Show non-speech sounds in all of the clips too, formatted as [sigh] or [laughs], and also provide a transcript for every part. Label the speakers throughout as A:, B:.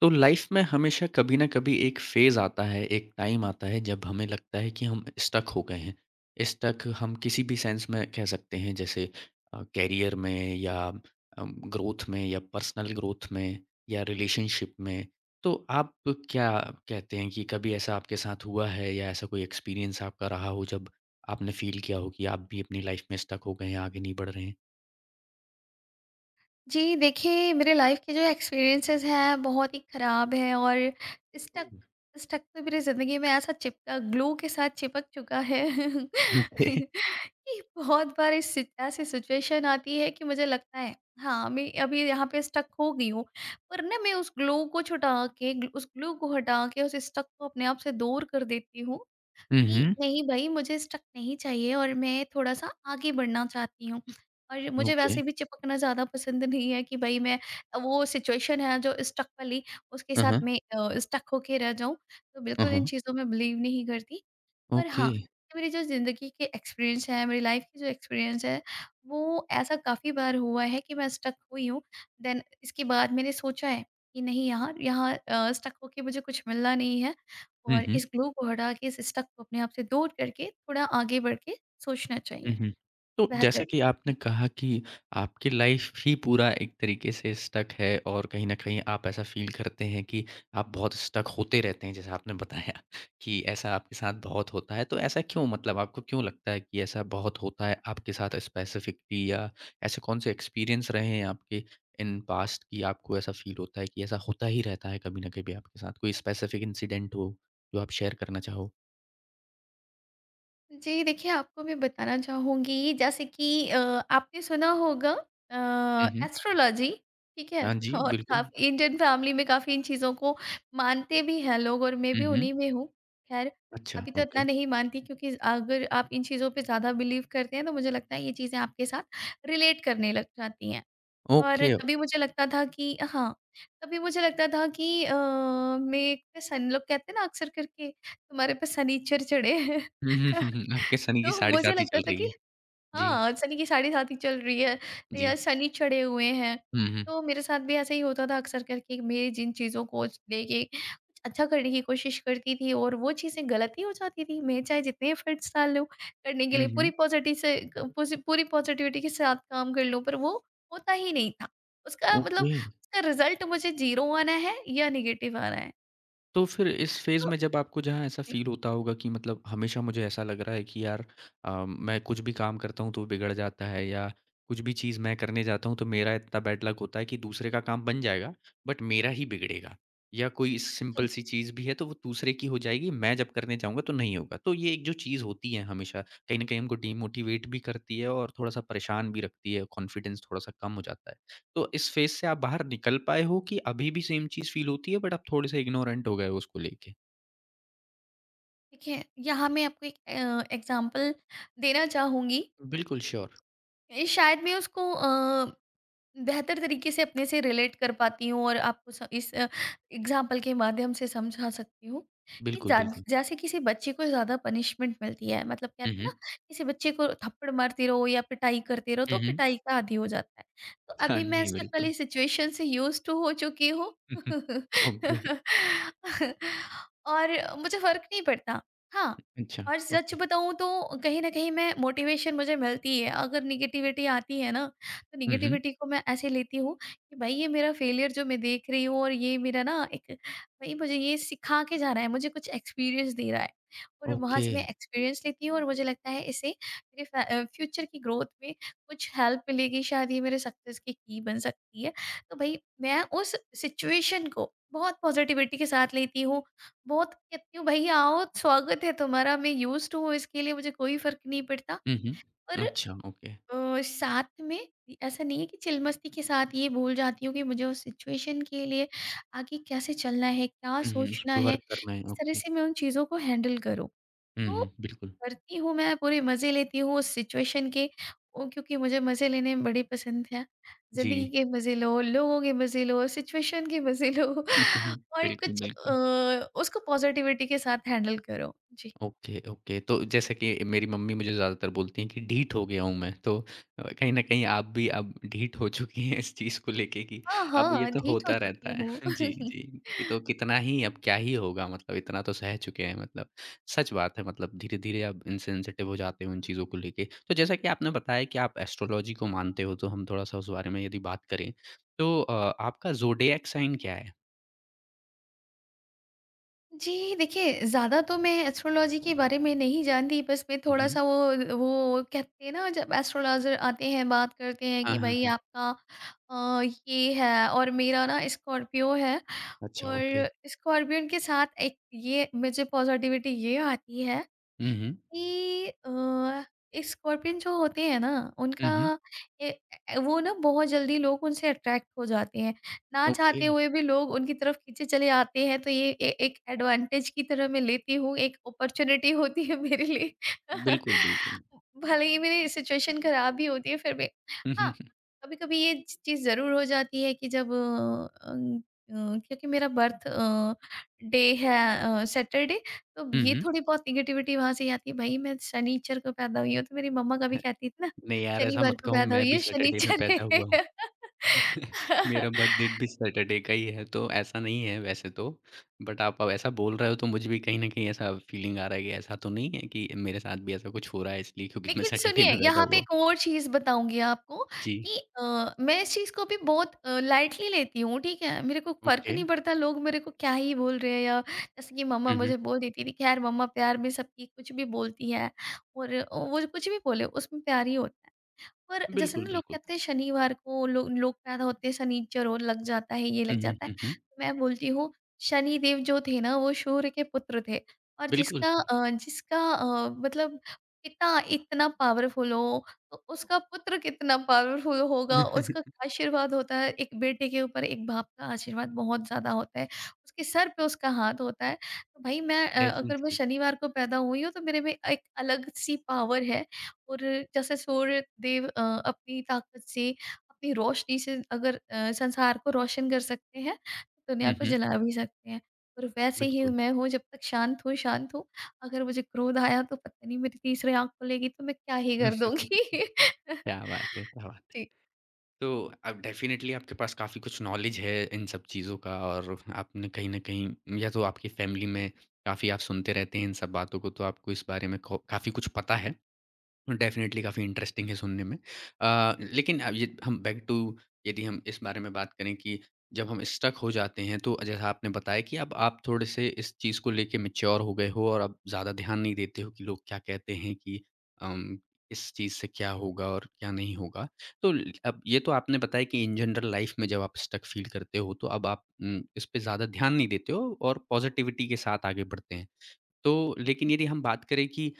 A: तो लाइफ में हमेशा कभी ना कभी एक फेज आता है, एक टाइम आता है जब हमें लगता है कि हम स्टक हो गए हैं। स्टक हम किसी भी सेंस में कह सकते हैं जैसे करियर में या ग्रोथ में या पर्सनल ग्रोथ में या रिलेशनशिप में। तो आप क्या कहते हैं कि कभी ऐसा आपके साथ हुआ है या ऐसा कोई एक्सपीरियंस आपका रहा हो जब आपने फील किया हो कि आप भी अपनी लाइफ में स्टक हो गए हैं, आगे नहीं बढ़ रहे हैं?
B: जी, देखिए मेरे लाइफ़ के जो एक्सपीरियंसेस हैं बहुत ही ख़राब हैं और स्टक
A: ओह!
B: स्टक तो मेरी ज़िंदगी में ऐसा चिपका ग्लू के साथ चिपक चुका है [laughs]
A: ओके।
B: कि बहुत बार इस सि ऐसी सिचुएशन आती है कि मुझे लगता है हाँ, मैं अभी यहाँ पे स्टक हो गई हूँ। पर ना मैं उस ग्लू को हटा के उस स्टक को अपने आप से दूर कर देती हूँ
A: हुँ,
B: कि
A: हुँ।
B: नहीं भई, मुझे स्टक नहीं चाहिए और मैं थोड़ा-सा आगे बढ़ना चाहती हूँ। [laughs] और मुझे
A: ओके।
B: वैसे भी चिपकना ज़्यादा पसंद नहीं है कि भई मैं वो सिचुएशन है जो स्टक वाली उसके
A: हाँ,
B: साथ
A: हाँ।
B: मैं स्टक होके रह जाऊँ। तो
A: हाँ,
B: बिल्कुल इन
A: हाँ।
B: चीज़ों में बिलीव नहीं करती। पर हाँ,
A: ओके।
B: ये मेरी जो ज़िंदगी के एक्सपीरियंस है, मेरी लाइफ़ की जो एक्सपीरियंस है, वो ऐसा काफ़ी बार हुआ है कि मैं स्टक हुई हूँ। देन इसके बाद मैंने सोचा है कि नहीं यार, यहाँ स्टक होके मुझे कुछ मिलना नहीं है
A: हुँ,
B: और
A: हुँ।
B: इस ग्लू को हटा के, इस स्टक को अपने आप से दूर करके, थोड़ा आगे बढ़ के सोचना चाहिए,
A: हुँ, हुँ। तो
B: बेहतर।
A: जैसा कि आपने कहा कि आपकी लाइफ़ ही पूरा एक तरीके से स्टक है और कहीं न कहीं आप ऐसा फ़ील करते हैं कि आप बहुत स्टक होते रहते हैं, जैसा आपने बताया कि ऐसा आपके साथ बहुत होता है। तो ऐसा क्यों मतलब आपको क्यों लगता है कि ऐसा बहुत होता है आपके साथ स्पेसिफ़िकली या ऐसे कौन से एक्सपीरियंस रहे हैं आपके इन पास्ट कि आपको ऐसा फ़ील होता है कि ऐसा होता ही रहता है कभी न कभी आपके साथ? कोई स्पेसिफ़िक इंसिडेंट हो जो आप शेयर करना चाहो?
B: जी, देखिए आपको मैं बताना चाहूँगी जैसे कि आपने सुना होगा अ,
A: हुँ, हुँ।
B: एस्ट्रोलॉज़ी, ठीक है?
A: हाँ जी,
B: [laughs] और
A: बिल्कुल।
B: काफ़ी इंडियन फैमिली में काफ़ी इन चीज़ों को मानते भी हैं लोग और मैं
A: हुँ,
B: भी
A: हुँ।
B: उन्हीं में हूँ। ख़ैर
A: अच्छा,
B: अभी तो इतना
A: ओके।
B: नहीं मानती क्योंकि अगर आप इन चीज़ों पे ज़्यादा बिलीव करते हैं तो मुझे लगता है ये चीज़ें आपके साथ रिलेट करने लग जाती हैं। और
A: ओके। [laughs]
B: कभी मुझे लगता था कि हाँ, कभी मुझे लगता था कि मैं पे सन लोग कहते हैं ना अक्सर करके तुम्हारे पे शनिचर चढ़े हैं।
A: हुँ, हुँ, हुँ, हुँ।
B: [laughs]
A: आपके सनी की
B: तो
A: साढ़े
B: मुझे
A: साथ ही
B: लगता
A: चल
B: था कि
A: रही है। जी,
B: हाँ, सनी की साढ़े साथ ही चल रही है
A: जी।
B: या सनी चढ़े हुए हैं।
A: हुँ, हुँ।
B: तो मेरे साथ भी ऐसा ही होता था अक्सर करके, मैं जिन चीज़ों को लेके कुछ अच्छा करने की कोशिश करती थी और वो चीज़ें गलत ही हो जाती थी। मैं चाहे जितने एफर्ट्स डाल लूँ करने के लिए,
A: हुँ,
B: पूरी
A: हुँ।
B: पॉज़िटिव से क पोज़ि पूरी पॉज़िटिविटी के साथ काम कर लूँ पर वो होता ही नहीं था। उसका मतलब
A: ओके।
B: उसका रिज़ल्ट मुझे 0 आना है या नेगेटिव आना है।
A: तो फिर इस फ़ेज़
B: तो
A: में जब आपको जहाँ ऐसा
B: जी,
A: फ़ील होता होगा कि मतलब हमेशा मुझे ऐसा लग रहा है कि यार मैं कुछ भी काम करता हूँ तो बिगड़ जाता है या कुछ भी चीज़ मैं करने जाता हूँ तो मेरा इतना बैड लक होता है कि दूसरे का काम बन जाएगा बट मेरा ही बिगड़ेगा। या कोई सिंपल
B: जी।
A: सी चीज़ भी है तो वो दूसरे की हो जाएगी, मैं जब करने जाऊँगा तो नहीं होगा। तो ये एक जो चीज़ होती है हमेशा कहीं न कहीं हमको डिमोटिवेट भी करती है और थोड़ा-सा परेशान भी रखती है, कॉन्फिडेंस थोड़ा-सा कम हो जाता है। तो इस फ़ेज़ से आप बाहर निकल पाए हो कि अभी भी सेम चीज़ फ़ील होती है बट आप थोड़े-से इग्नोरेंट हो गए हो उसको लेके?
B: देखिए, यहाँ मैं आपको एक एग्ज़ाम्पल देना चाहूँगी,
A: बिल्कुल, श्योर।
B: ये शायद मैं उसको बेहतर तरीके से अपने से रिलेट कर पाती हूँ और आपको स इस एग्ज़ाम्पल के माध्यम से समझा सकती हूँ कि
A: बिल्कुल,
B: जा
A: बिल्कुल।
B: जैसे किसी बच्चे को ज़्यादा पनिशमेंट मिलती है, मतलब कहते
A: हुँ,
B: हैं
A: हुँ।
B: ना, किसी बच्चे को थप्पड़ मारते रहो या पिटाई करते रहो
A: हुँ,
B: तो
A: हुँ।
B: पिटाई का आदी हो जाता है। तो
A: हाँ
B: अभी मैं
A: जी,
B: स्टक वाली
A: बिल्कुल।
B: सिचुएशन से यूज़्ड टू हो चुकी हूँ। [laughs]
A: [laughs] ओके।
B: और मुझे फ़र्क नहीं पड़ता। हाँ,
A: अच्छा,
B: और सच
A: ओके।
B: बताऊँ तो कहीं न कहीं मैं मोटिवेशन मुझे मिलती है, अगर नेगेटिविटी आती है ना तो
A: हुँ, हुँ।
B: नेगेटिविटी को मैं ऐसे लेती हूँ कि भाई ये मेरा फेलियर जो मैं देख रही हूँ और ये मेरा ना एक भाई मुझे ये सिखा के जा रहा है, मुझे कुछ एक्सपीरियंस दे रहा है और वहाँ
A: ओके।
B: से मैं एक्सपीरियंस लेती हूँ और मुझे लगता है इसे मेरे फ्यूचर की ग्रोथ में कुछ हेल्प मिलेगी, शायद ये मेरे सक्सेस की बन सकती है। तो भाई मैं उस सिचुएशन को बहुत पॉजिटिविटी के साथ लेती हूँ, बहुत कहती हूँ भाई आओ स्वागत है तुम्हारा, मैं यूज्ड हूँ इसके लिए, मुझे कोई फर्क नहीं पड़ता।
A: हुँ, हुँ।
B: और
A: अच्छा, ओके।
B: साथ में ऐसा नहीं है कि चिलमस्ती के साथ ये भूल जाती हूँ कि मुझे उस सिचुएशन के लिए आगे कैसे चलना है, क्या
A: हुँ, हुँ, उस
B: सोचना
A: पे
B: है,
A: वर्क करना है,
B: किस तरह
A: ओके।
B: से मैं उन चीज़ों को हैंडल करूँ।
A: हुँ,
B: तो
A: हुँ, बिल्कुल।
B: करती हूँ, मैं पूरे मज़े लेती हूँ उस सिचुएशन के ओ, क्योंकि मुझे मज़े लेने बड़े पसंद है। ज़िंदगी
A: जी।
B: के मज़े लो, लोगों के मज़े लो, सिचुएशन के मज़े लो।
A: [laughs]
B: [laughs] और
A: बिल्कुल,
B: कुछ
A: बिल्कुल।
B: उसको पॉज़िटिविटी के साथ हैंडल करो। जी।
A: Okay, okay. तो जैसे कि मेरी मम्मी मुझे ज़्यादातर बोलती हैं कि ढीठ हो गया हूँ मैं, तो कहीं न कहीं आप भी अब ढीठ हो चुकी हैं इस चीज़ को लेके कि
B: हाँ,
A: अब ये
B: हाँ,
A: तो
B: ठीक हो
A: होता रहता
B: चुकी
A: है।
B: हूँ।
A: [laughs] जी, जी। कि तो
B: [laughs]
A: कितना ही अब क्या ही होगा मतलब इतना तो सह चुके हैं मतलब। सच बात है मतलब धीरे-धीरे आप इनसेंसिटिव हो जाते हो उन चीज़ों को लेके। तो जैसा कि आपने बताया कि आप एस्ट्रोलॉजी को मानते हो, तो हम थोड़ा-सा उस बारे में यदि बात करें, तो आपका ज़ोडिएक साइन क्या है?
B: जी, देखिए ज़्यादा तो मैं एस्ट्रोलॉज़ी के बारे में नहीं जानती, बस मैं
A: हुँ, हुँ।
B: थोड़ा-सा वो कहते हैं ना जब एस्ट्रोलॉज़र आते हैं, बात करते हैं
A: हाँ,
B: कि
A: हाँ,
B: भई
A: हाँ।
B: आपका अ, ये है और मेरा ना स्कॉर्पियो है।
A: अच्छा ओके।
B: और स्कॉर्पियन के साथ एक ये मुझे पॉज़िटिविटी ये आती है
A: हुँ, हुँ।
B: कि स्कॉर्पियन जो होते हैं ना उनका
A: हुँ, हुँ।
B: ए, ए- वो ना बहुत जल्दी लोग उनसे अट्रैक्ट हो जाते हैं, ना
A: ओके।
B: चाहते हुए भी लोग उनकी तरफ खींचे चले आते हैं, तो ये एक एडवांटेज की तरह मैं लेती हूँ, एक अपॉर्चुनिटी होती है मेरे लिए।
A: बिल्कुल, बिल्कुल।
B: [laughs] भले ही मेरी सिचुएशन खराब ही होती है फिर भी
A: हुँ,
B: हाँ,
A: हुँ, हुँ,
B: कभी कभी ये चीज़ ज़रूर हो जाती है कि जब अं, क्योंकि मेरा बर्थ डे है सैटरडे, तो
A: हुँ,
B: ये
A: हुँ।
B: थोड़ी बहुत नेगेटिविटी वहाँ से ही आती है, भाई मैं शनिचर को पैदा हुई हूँ। तो मेरी मम्मा कभी
A: [laughs]
B: कहती थी ना
A: नहीं यार, ऐसा
B: शनिवार
A: मत
B: को
A: कहो
B: पैदा
A: मैं
B: हुई
A: भी
B: है
A: सैटरडे में
B: शनिचर
A: पैदा
B: है।
A: हुआ हूँ। [laughs] मेरा बर्थडे
B: [laughs]
A: भी सैटरडे का ही है, तो ऐसा नहीं है वैसे तो। बट आप अब ऐसा बोल रहे हो तो मुझे भी कहीं न कहीं ऐसा फीलिंग आ रहा है कि ऐसा तो नहीं है कि मेरे साथ भी ऐसा कुछ हो रहा है इसलिए क्योंकि मैं
B: लेकिन
A: सैटरडे
B: सुनिए
A: में पैदा
B: यहाँ पे
A: हुआ हूँ।
B: एक और चीज बताऊंगी आपको
A: जी,
B: कि मैं इस चीज को भी बहुत लाइटली लेती हूँ, ठीक है, मेरे को फर्क
A: ओके।
B: नहीं पड़ता लोग मेरे को क्या ही बोल रहे हैं, या जैसे कि मम्मा
A: हुँ, हुँ।
B: मुझे बोल देती थी। खैर, मम्मा प्यार में सबकी कुछ भी बोलती है और वो जो कुछ भी बोले उसमें प्यार ही होता है। पर जैसे
A: बिल्कुल,
B: ना लोग
A: बिल्कुल।
B: कहते हैं शनिवार को लो, लोग पैदा होते हैं शनिचर हो लग जाता है, ये लग
A: हुँ, हुँ,
B: जाता है,
A: हुँ, हुँ।
B: मैं बोलती हूँ शनिदेव जो थे ना वो सूर्य के पुत्र थे, और
A: बिल्कुल।
B: जिसका मतलब पिता इतना पावरफुल हो तो उसका पुत्र कितना पावरफुल होगा, उसका
A: [laughs]
B: आशीर्वाद होता है, एक बेटे के ऊपर एक बाप का आशीर्वाद बहुत ज़्यादा होता है, उसके सर पे उसका हाथ होता है। तो भाई मैं अगर मैं
A: डेफ़िनिटली।
B: शनिवार को पैदा हुई हूँ तो मेरे में एक अलग सी पावर है। और जैसे सूर्य देव अपनी ताकत से, अपनी रोशनी से अगर संसार को रोशन कर सकते हैं, तो दुनिया
A: हुँ,
B: को
A: हुँ।
B: जला भी सकते हैं। और वैसे ही
A: बिल्कुल,
B: मैं हूँ, जब तक शांत हूँ, शांत हूँ। अगर मुझे क्रोध आया तो पता नहीं मेरी तीसरी आँख खुलेगी तो मैं क्या ही कर दूँगी। [laughs]
A: क्या बात है! क्या बात
B: जी।
A: तो अब डेफ़िनेटली आपके पास काफ़ी कुछ नॉलेज है इन सब चीज़ों का और आपने कहीं न कहीं या तो आपकी फ़ैमिली में काफ़ी आप सुनते रहते हैं इन सब बातों को, तो आपको इस बारे में खौ काफ़ी कुछ पता है। डेफ़िनेटली काफ़ी इंटरेस्टिंग है सुनने में। लेकिन अब ये हम बैक टू यदि हम इस बारे में बात करें कि जब हम स्टक हो जाते हैं तो जैसा आपने बताया कि अब आप थोड़े-से इस चीज़ को लेके मैच्योर हो गए हो और अब ज़्यादा ध्यान नहीं देते हो कि लोग क्या कहते हैं कि अम, इस चीज़ से क्या होगा और क्या नहीं होगा। तो ल अब ये तो आपने बताया कि इन जनरल लाइफ़ में जब आप स्टक फ़ील करते हो तो अब आप इस पे ज़्यादा ध्यान नहीं देते हो और पॉज़िटिविटी के साथ आगे बढ़ते हैं। तो लेकिन यदि हम बात करें कि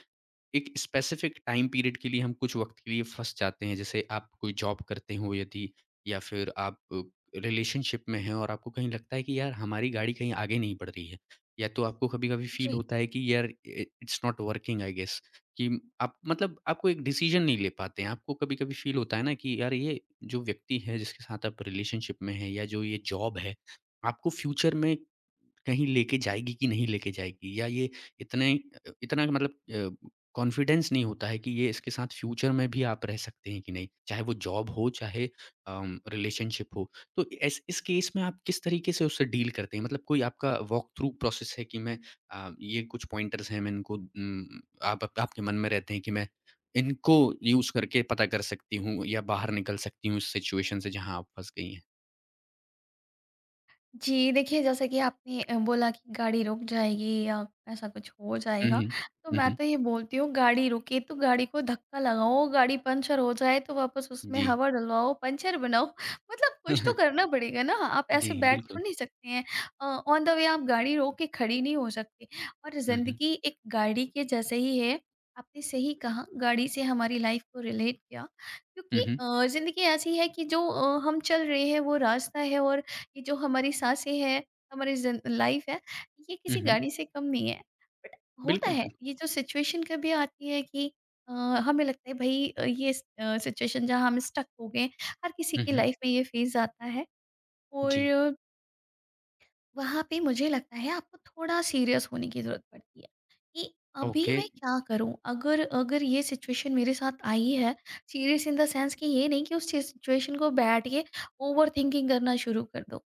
A: एक स्पेसिफिक टाइम पीरियड के लिए हम कुछ वक़्त के लिए फँस जाते हैं। जैसे आप कोई जॉब करते हो यदि या फिर आप रिलेशनशिप में हैं और आपको कहीं लगता है कि यार हमारी गाड़ी कहीं आगे नहीं बढ़ रही है। या तो आपको कभी-कभी फ़ील
B: जी।
A: होता है कि यार इ it's not working I guess कि आप मतलब आपको एक डिसीज़न नहीं ले पाते हैं। आपको कभी-कभी फ़ील होता है ना कि यार ये जो व्यक्ति है जिसके साथ आप रिलेशनशिप में हैं या जो ये जॉब है, आपको फ्यूचर में कहीं लेके जाएगी कि नहीं लेके जाएगी या ये इतने इतना मतलब कॉन्फिडेंस नहीं होता है कि ये इसके साथ फ्यूचर में भी आप रह सकते हैं कि नहीं, चाहे वो जॉब हो, चाहे रिलेशनशिप हो। तो एस इस केस में आप किस तरीके से उससे डील करते हैं? मतलब कोई आपका वॉक थ्रू प्रोसेस है कि मैं ये कुछ पॉइंटर्स हैं मैं इनको आपके मन में रहते हैं कि मैं इनको यूज़ करके पता कर सकती हूँ या बाहर निकल सकती हूँ इस सिचुएशन से जहाँ आप फँस गई हैं?
B: जी, देखिए जैसा कि आपने बोला कि गाड़ी रुक जाएगी या ऐसा कुछ हो
A: हुँ,
B: जाएगा,
A: हुँ।
B: तो
A: हुँ,
B: मैं
A: हुँ।
B: तो ये बोलती हूँ गाड़ी रुके तो गाड़ी को धक्का लगाओ, गाड़ी पंचर हो जाए तो वापस उसमें
A: जी।
B: हवा डलवाओ, पंचर बनाओ, मतलब कुछ तो
A: [laughs]
B: करना पड़ेगा ना, आप
A: जी,
B: ऐसे बैठ
A: बिल्कुल।
B: थोड़ी नहीं सकते हैं। ऑन द वे आप गाड़ी रोक के खड़ी नहीं हो सकते, और
A: हुँ, हुँ।
B: ज़िंदगी एक गाड़ी के जैसे ही है, आपने सही कहा, गाड़ी से हमारी लाइफ को रिलेट किया,
A: हुँ,
B: क्योंकि
A: हुँ।
B: ज़िंदगी ऐसी है कि जो हम चल रहे हैं वो रास्ता है, और ये जो हमारी साँसें हैं, हमारी ज़िन लाइफ है, ये
A: हुँ,
B: किसी
A: हुँ।
B: गाड़ी से कम नहीं है। बट होता
A: बिल्कुल,
B: है,
A: बिल्कुल।
B: ये जो सिचुएशन कभी आती है कि हमें लगता है भई सिचुएशन जहाँ हम स्टक हो गए, हर किसी
A: हुँ,
B: की
A: हुँ।
B: लाइफ में ये फ़ेज़ आता है
A: जी,
B: और वहाँ पे मुझे लगता है आपको थोड़ा सीरियस होने की ज़रूरत पड़ती है, कि अभी
A: ओके।
B: मैं क्या करूँ? अगर अगर ये सिचुएशन मेरे साथ आई है, सीरियस इन द सेंस कि ये नहीं कि उस चीज़ सिचुएशन को बैठ के ओवरथिंकिंग करना शुरू कर दो।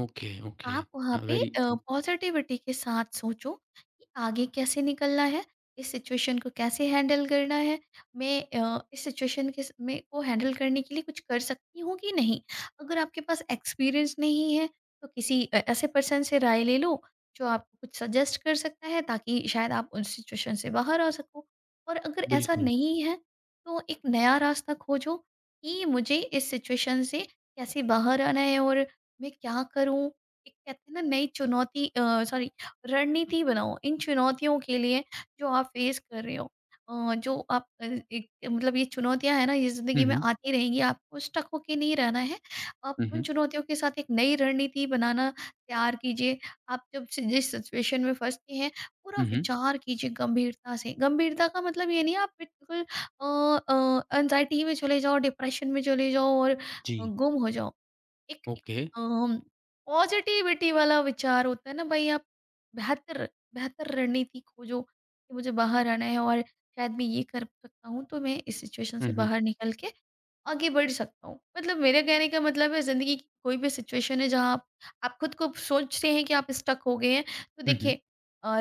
A: Okay, okay.
B: आप वहाँ
A: हाँ,
B: पे
A: वेरी ट्रू।
B: पॉज़िटिविटी के साथ सोचो कि आगे कैसे निकलना है, इस सिचुएशन को कैसे हैंडल करना है, मैं इस सिचुएशन के स में को हैंडल करने के लिए कुछ कर सकती हूँ कि नहीं। अगर आपके पास एक्सपीरियंस नहीं है, तो किसी ऐसे पर्सन से राय ले लो, जो आपको कुछ सजेस्ट कर सकता है ताकि शायद आप उस सिचुएशन से बाहर आ सको। और अगर ऐसा
A: बिल्कुल।
B: नहीं है, तो एक नया रास्ता खोजो कि मुझे इस सिचुएशन से कैसे बाहर आना है और मैं क्या करूँ? एक कहते हैं ना नई चुनौती अ, सॉरी रणनीति बनाओ इन चुनौतियों के लिए जो आप फेस कर रहे हो, अ, जो आप अ, एक मतलब ये चुनौतियां है ना ये
A: हुँ,
B: जिंदगी में
A: हुँ।
B: आती रहेंगी, आपको स्टक होके नहीं रहना है। आप
A: हुँ,
B: उन
A: हुँ।
B: चुनौतियों के साथ एक नई रणनीति बनाना तैयार कीजिए। जिस सिचुएशन में फंसते हैं पूरा
A: हुँ, हुँ।
B: विचार कीजिए गंभीरता से, गंभीरता का मतलब ये नहीं आप बिल्कुल अ, एंजाइटी में चले जाओ, डिप्रेशन में चले जाओ और
A: जी,
B: गुम हो जाओ। एक
A: ओके।
B: अम, पॉजिटिविटी वाला विचार होता है ना भाई आप बेहतर बेहतर रणनीति खोजो कि मुझे बाहर आना है और शायद मैं ये कर सकता हूँ, तो मैं इस सिचुएशन
A: हुँ,
B: से
A: हुँ।
B: बाहर निकल के आगे बढ़ सकता हूँ। मतलब मेरे कहने का मतलब है ज़िंदगी की कोई भी सिचुएशन है जहाँ आप खुद को सोचते हैं कि आप स्टक हो गए हैं, तो
A: हुँ, हुँ।
B: देखिए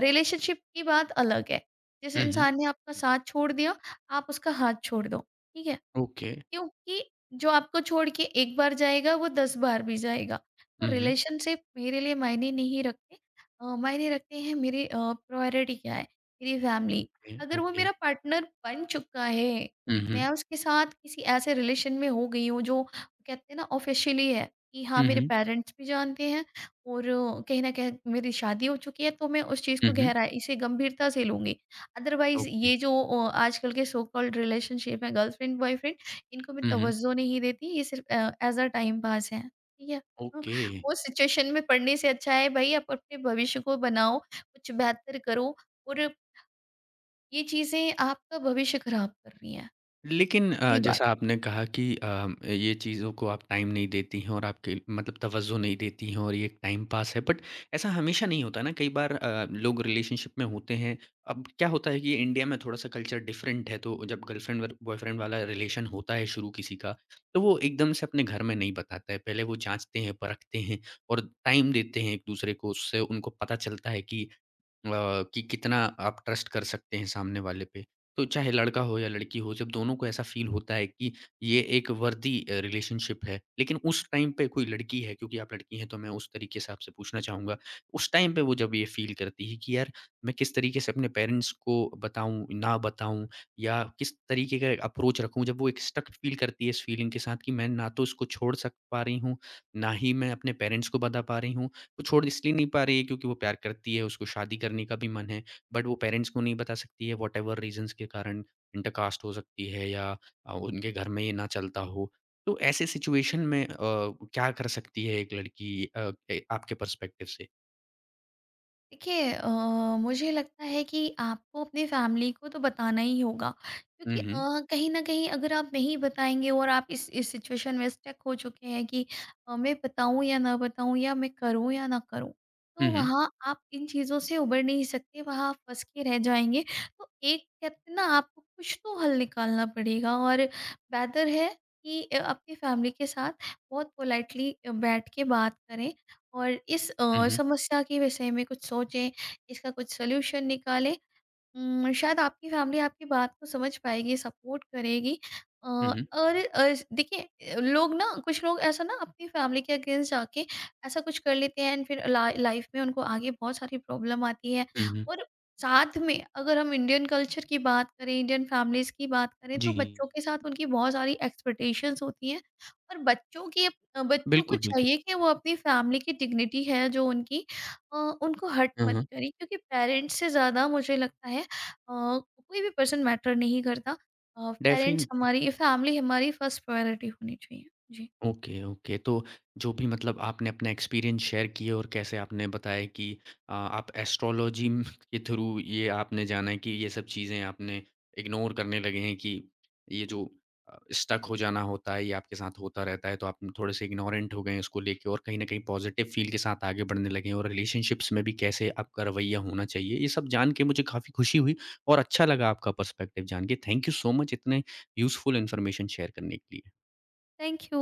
B: रिलेशनशिप की बात अलग है, जिस
A: हुँ, हुँ।
B: इंसान ने आपका साथ छोड़ दिया आप उसका हाथ छोड़ दो, ठीक है,
A: ओके।
B: क्योंकि जो आपको छोड़ के एक बार जाएगा वो 10 बार भी जाएगा। तो
A: हुँ, हुँ।
B: रिलेशनशिप मेरे लिए मायने नहीं रखते, मायने रखते हैं मेरे प्रायोरिटी क्या है, मेरी फैमिली।
A: ओके,
B: अगर वो
A: ओके।
B: मेरा पार्टनर बन चुका है,
A: हुँ, हुँ।
B: मैं उसके साथ किसी ऐसे रिलेशन में हो गई हूँ जो कहते हैं ना ऑफ़िशियली है कि हाँ,
A: हुँ,
B: मेरे
A: हुँ।
B: पेरेंट्स भी जानते हैं और कहीं न कहीं मेरी शादी हो चुकी है, तो मैं उस चीज़
A: हुँ,
B: को
A: हुँ।
B: गहराई से गंभीरता से लूँगी। Otherwise
A: okay.
B: ये जो आजकल के सो कॉल्ड रिलेशनशिप है गर्लफ्रेंड-बॉयफ्रेंड, इनको मैं
A: हुँ, हुँ।
B: तवज़्ज़ो नहीं देती, ये सिर्फ़ ऐज़ अ टाइम पास है, ठीक है? तो
A: ओके।
B: वो सिचुएशन में पढ़ने से अच्छा है भई आप अपने भविष्य को बनाओ, कुछ बेहतर करो, और ये चीज़ें आपका भविष्य खराब कर रही हैं,
A: लेकिन
B: सीधी बात।
A: जैसा आपने कहा कि ये चीज़ों को आप टाइम नहीं देती हैं और आपके मतलब तवज्जो नहीं देती हैं और ये एक टाइम पास है बट ऐसा हमेशा नहीं होता ना कई बार लोग रिलेशनशिप में होते हैं अब क्या होता है कि इंडिया में थोड़ा सा कल्चर डिफरेंट है तो जब गर्लफ्रेंड बॉयफ्रेंड वाला रिलेशन होता है शुरू किसी का तो वो एकदम से अपने घर में नहीं बताता है पहले वो जांचते हैं परखते हैं और टाइम देते हैं एक दूसरे को उससे उनको पता चलता है अ, कि कितना आप ट्रस्ट कर सकते हैं सामने वाले पे। तो चाहे लड़का हो या लड़की हो, जब दोनों को ऐसा फ़ील होता है कि ये एक वर्दी रिलेशनशिप है, लेकिन उस टाइम पे कोई लड़की है क्योंकि आप लड़की हैं, तो मैं उस तरीके से आपसे पूछना चाहूँगा। उस टाइम पे वो जब ये फ़ील करती है कि यार, मैं किस तरीके से अपने पेरेंट्स को बताऊँ, ना बताऊँ या किस तरीके का अप्रोच रखूँ? जब वो एक स्टक फ़ील करती है इस फ़ीलिंग के साथ कि मैं ना तो इसको छोड़ सक पा रही हूँ, ना ही मैं अपने पेरेंट्स को बता पा रही हूँ। वो छोड़ इसलिए नहीं पा रही है क्योंकि वो प्यार करती है, उसको शादी करने का भी मन है, बट वो पेरेंट्स को नहीं बता सकती है व्हाटएवर रीज़न्स के कारण इंटरकास्ट हो सकती है या उनके घर में ये ना चलता हो। तो ऐसे सिचुएशन में क्या कर सकती है एक लड़की अ, ए आपके पर्सपेक्टिव से?
B: देखिए मुझे लगता है कि आपको अपनी फैमिली को तो बताना ही होगा,
A: हुँ,
B: क्योंकि
A: हुँ।
B: कहीं न कहीं अगर आप नहीं बताएँगे और आप इस सिचुएशन में स्टक हो चुके हैं कि मैं बताऊँ या ना बताऊँ या मैं करूँ या ना करूँ, तो
A: हुँ, हुँ।
B: वहाँ आप इन चीज़ों से उबर नहीं सकते, वहाँ आप फँस के रह जाएँगे। तो एक कहते हैं ना आपको कुछ तो हल निकालना पड़ेगा और बेहतर है कि अपनी फैमिली के साथ बहुत पोलाइटली बैठ के बात करें और इस
A: हुँ, हुँ।
B: समस्या के विषय में कुछ सोचें, इसका कुछ सॉल्यूशन निकालें। शायद आपकी फैमिली आपकी बात को समझ पाएगी, सपोर्ट करेगी।
A: हुँ, हुँ।
B: देखिए लोग ना कुछ लोग ऐसा ना अपनी फैमिली के अगेंस्ट जाके ऐसा कुछ कर लेते हैं एंड फिर ला लाइफ में उनको आगे बहुत सारी प्रॉब्लम आती है।
A: हुँ, हुँ।
B: और साथ में अगर हम इंडियन कल्चर की बात करें, इंडियन फैमिलीज़ की बात करें, तो
A: जी,
B: बच्चों के साथ उनकी बहुत सारी एक्सपेक्टेशंस होती हैं, और बच्चों को
A: बिल्कुल, बिल्कुल।
B: चाहिए कि वो अपनी फैमिली की डिग्निटी है जो उनकी उनको हर्ट
A: हाँ,
B: मत
A: हाँ।
B: करे, क्योंकि पेरेंट्स से ज़्यादा मुझे लगता है अ, कोई भी पर्सन मैटर नहीं करता। पेरेंट्स
A: डेफिन
B: हमारी फैमिली हमारी फर्स्ट प्रायोरिटी होनी चाहिए। जी,
A: ओके, ओके। तो जो भी मतलब आपने अपना एक्सपीरियंस शेयर किए और कैसे आपने बताया कि आप एस्ट्रोलॉजी के थ्रू ये आपने जाना है कि ये सब चीज़ें आपने इग्नोर करने लगे हैं कि ये जो स्टक हो जाना होता है, ये आपके साथ होता रहता है, तो आप थोड़े से इग्नोरेंट हो गए हैं उसको लेके और कहीं न कहीं पॉज़िटिव फ़ील के साथ आगे बढ़ने लगे हैं और रिलेशनशिप्स में भी कैसे आपका रवैया होना चाहिए, ये सब जान के मुझे काफ़ी खुशी हुई और अच्छा लगा आपका पर्सपेक्टिव जान के। थैंक यू सो मच इतने यूज़फुल इन्फॉर्मेशन शेयर करने के लिए।
B: Thank you.